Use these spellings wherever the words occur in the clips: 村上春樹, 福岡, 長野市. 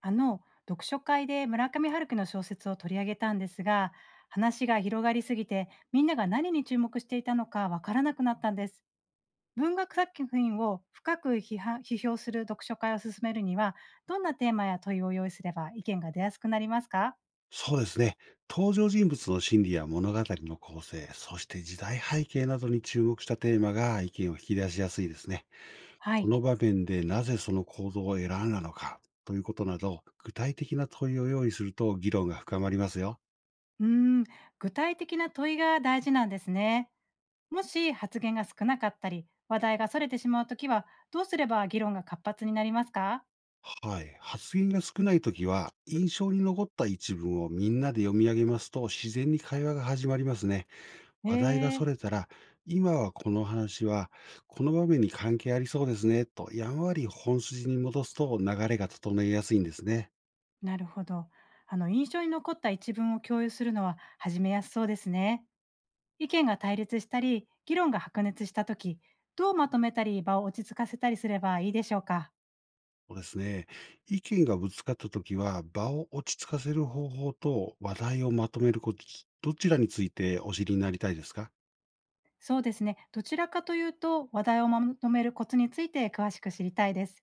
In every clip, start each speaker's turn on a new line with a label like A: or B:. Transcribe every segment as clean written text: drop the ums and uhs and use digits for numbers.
A: あの読書会で村上春樹の小説を取り上げたんですが、話が広がりすぎてみんなが何に注目していたのかわからなくなったんです。文学作品を深く批判批評する読書会を進めるには、どんなテーマや問いを用意すれば意見が出やすくなりますか？
B: そうですね。登場人物の心理や物語の構成、そして時代背景などに注目したテーマが意見を引き出しやすいですね。
A: は
B: こ
A: い。
B: の場面でなぜその行動を選んだのかということなど、具体的な問いを用意すると議論が深まりますよ。
A: うーん、具体的な問いが大事なんですね。もし発言が少なかったり話題がそれてしまうときは、どうすれば議論が活発になりますか？
B: はい。発言が少ないときは、印象に残った一文をみんなで読み上げますと、自然に会話が始まりますね。
A: え
B: 話題がそれ
A: ー
B: たら、今はこの話は、この場面に関係ありそうですね、とやんわり本筋に戻すと流れが整えやすいんですね。
A: なるほど。あの印象に残った一文を共有するのは始めやすそうですね。意見が対立したり、議論が白熱した時、どうまとめたり場を落ち着かせたりすればいいでしょうか。
B: そうですね。意見がぶつかったときは、場を落ち着かせる方法と話題をまとめること、どちらについてお知りになりたいですか？わ
A: そうですね。どちらかというと、話題をまとめるコツについて詳しく知りたいです。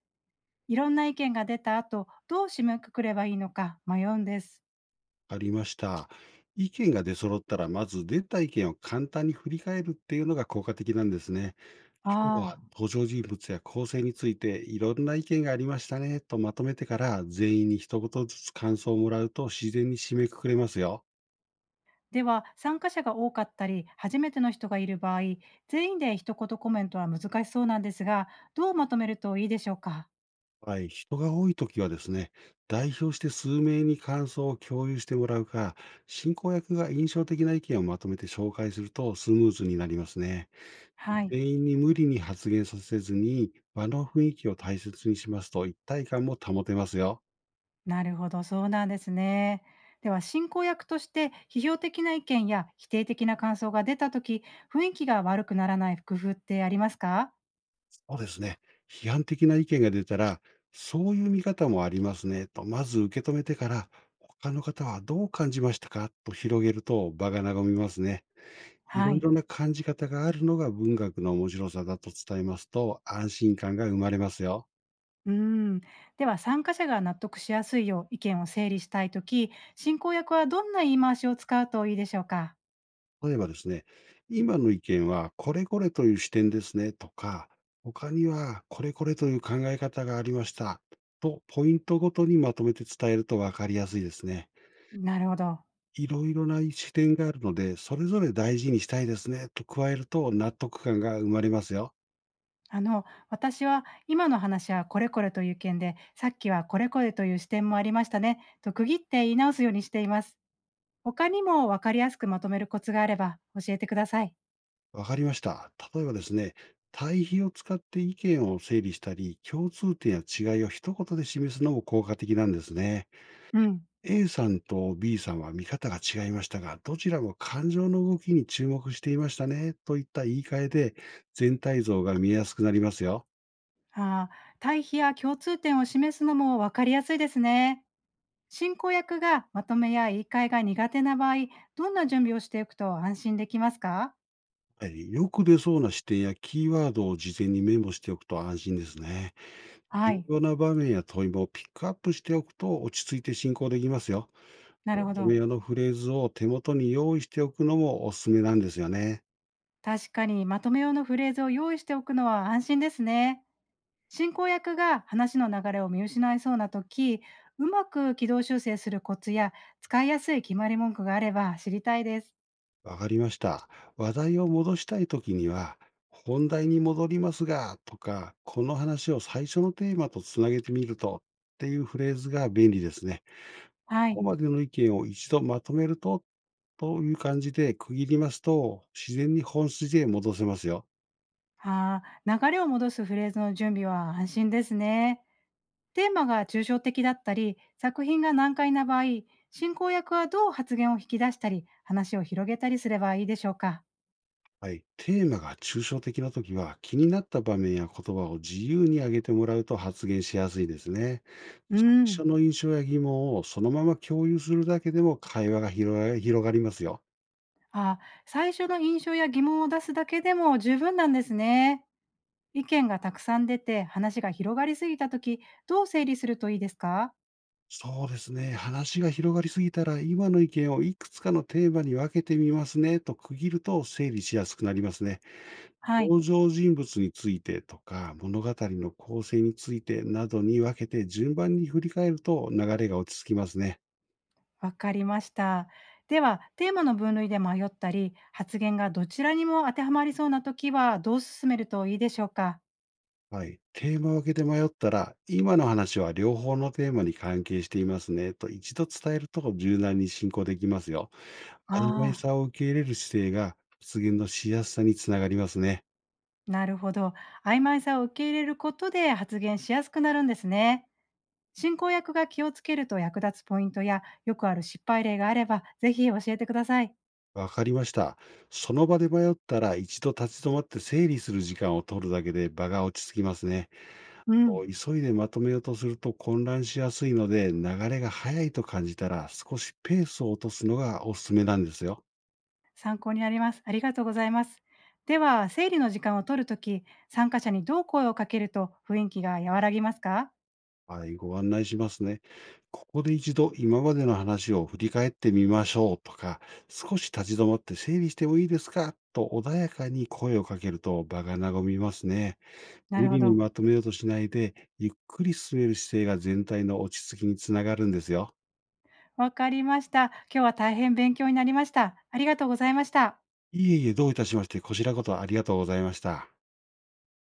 A: いろんな意見が出た後、どう締めくくればいいのか迷うんです。
B: かりました。意見が出揃ったら、まず出た意見を簡単に振り返るっていうのが効果的なんですね。今日は
A: ああ。
B: 登場人物や構成についていろんな意見がありましたね、とまとめてから、全員に一言ずつ感想をもらうと自然に締めくくれますよ。
A: では、参加者が多かったり、初めての人がいる場合、全員で一言コメントは難しそうなんですが、どうまとめるといいでしょうか。
B: はい、人が多い時はですね、代表して数名に感想を共有してもらうか、進行役が印象的な意見をまとめて紹介するとスムーズになりますね。
A: はい、
B: 全員に無理に発言させずに、場の雰囲気を大切にしますと一体感も保てますよ。
A: なるほど、そうなんですね。では、進行役として批評的な意見や否定的な感想が出たとき、雰囲気が悪くならない工夫ってありますか？
B: そうですね。批判的な意見が出たら、そういう見方もありますねと、まず受け止めてから、他の方はどう感じましたか、と広げると場が和みますね。い
A: は
B: ろい
A: い。
B: ろな感じ方があるのが文学の面白さだと伝えますと、安心感が生まれますよ。
A: うん。では、参加者が納得しやすいよう意見を整理したいとき、進行役はどんな言い回しを使うといいでしょうか？
B: 例えばですね、今の意見はこれこれという視点ですねとか、他にはこれこれという考え方がありました、と、ポイントごとにまとめて伝えると分かりやすいですね。
A: なるほど。
B: いろいろな視点があるので、それぞれ大事にしたいですねと加えると納得感が生まれますよ。
A: あの、私は今の話はこれこれという意見で、さっきはこれこれという視点もありましたね、と区切って言い直すようにしています。他にも分かりやすくまとめるコツがあれば教えてください。
B: わかりました。例えばですね、対比を使って意見を整理したり、共通点や違いを一言で示すのも効果的なんですね。
A: うん。
B: A さんと B さんは見方が違いましたが、どちらも感情の動きに注目していましたね、といった言い換えで全体像が見えやすくなりますよ。
A: ああ、対比や共通点を示すのも分かりやすいですね。進行役がまとめや言い換えが苦手な場合、どんな準備をしておくと安心できますか？
B: はい、よく出そうな視点やキーワードを事前にメモしておくと安心ですね。
A: は
B: 重
A: い。
B: 要な場面や問いもピックアップしておくと、落ち着いて進行できますよ。
A: な
B: ま
A: るほ
B: とめ
A: ど。
B: 用のフレーズを手元に用意しておくのもおすすめなんですよね。
A: 確かにまとめ用のフレーズを用意しておくのは安心ですね。進行役が話の流れを見失いそうな時、うまく軌道修正するコツや使いやすい決まり文句があれば知りたいです。
B: わかりました。話題を戻したいときには、本題に戻りますが、とか、この話を最初のテーマとつなげてみると、っていうフレーズが便利ですね。
A: は
B: ここ
A: い。
B: までの意見を一度まとめると、という感じで区切りますと、自然に本筋へ戻せますよ。
A: ああ、流れを戻すフレーズの準備は安心ですね。テーマが抽象的だったり、作品が難解な場合、進行役はどう発言を引き出したり、話を広げたりすればいいでしょうか。
B: はい。テーマが抽象的なときは、気になった場面や言葉を自由に挙げてもらうと発言しやすいですね。
A: う
B: 最初
A: ん。
B: の印象や疑問をそのまま共有するだけでも、会話が広がりますよ。
A: あ、最初の印象や疑問を出すだけでも十分なんですね。意見がたくさん出て話が広がりすぎた時、どう整理するといいですか？
B: そうですね。話が広がりすぎたら、今の意見をいくつかのテーマに分けてみますね、と区切ると整理しやすくなりますね。
A: はい。
B: 登場人物についてとか、物語の構成についてなどに分けて順番に振り返ると、流れが落ち着きますね。
A: わかりました。では、テーマの分類で迷ったり、発言がどちらにも当てはまりそうな時は、どう進めるといいでしょうか？
B: はい。テーマを分けて迷ったら、今の話は両方のテーマに関係していますね、と一度伝えると柔軟に進行できますよ。曖昧
A: ああ、
B: さを受け入れる姿勢が、発言のしやすさにつながりますね。
A: なるほど。曖昧さを受け入れることで発言しやすくなるんですね。進行役が気をつけると役立つポイントや、よくある失敗例があれば、ぜひ教えてください。
B: わかりました。その場で迷ったら、一度立ち止まって整理する時間を取るだけで場が落ち着きますね。
A: うん、
B: と、急いでまとめようとすると混乱しやすいので、流れが速いと感じたら少しペースを落とすのがおすすめなんですよ。
A: 参考になります。ありがとうございます。では、整理の時間を取るとき、参加者にどう声をかけると雰囲気が和らぎますか？
B: はい、ご案内しますね。ここで一度今までの話を振り返ってみましょう、とか、少し立ち止まって整理してもいいですか、と穏やかに声をかけると場が和みますね。
A: な
B: 無
A: るほ
B: 理に
A: ど。
B: まとめようとしないで、ゆっくり進める姿勢が全体の落ち着きにつながるんですよ。
A: わかりました。今日は大変勉強になりました。ありがとうございました。
B: いえいえ、どういたしまして、こちらこそありがとうございました。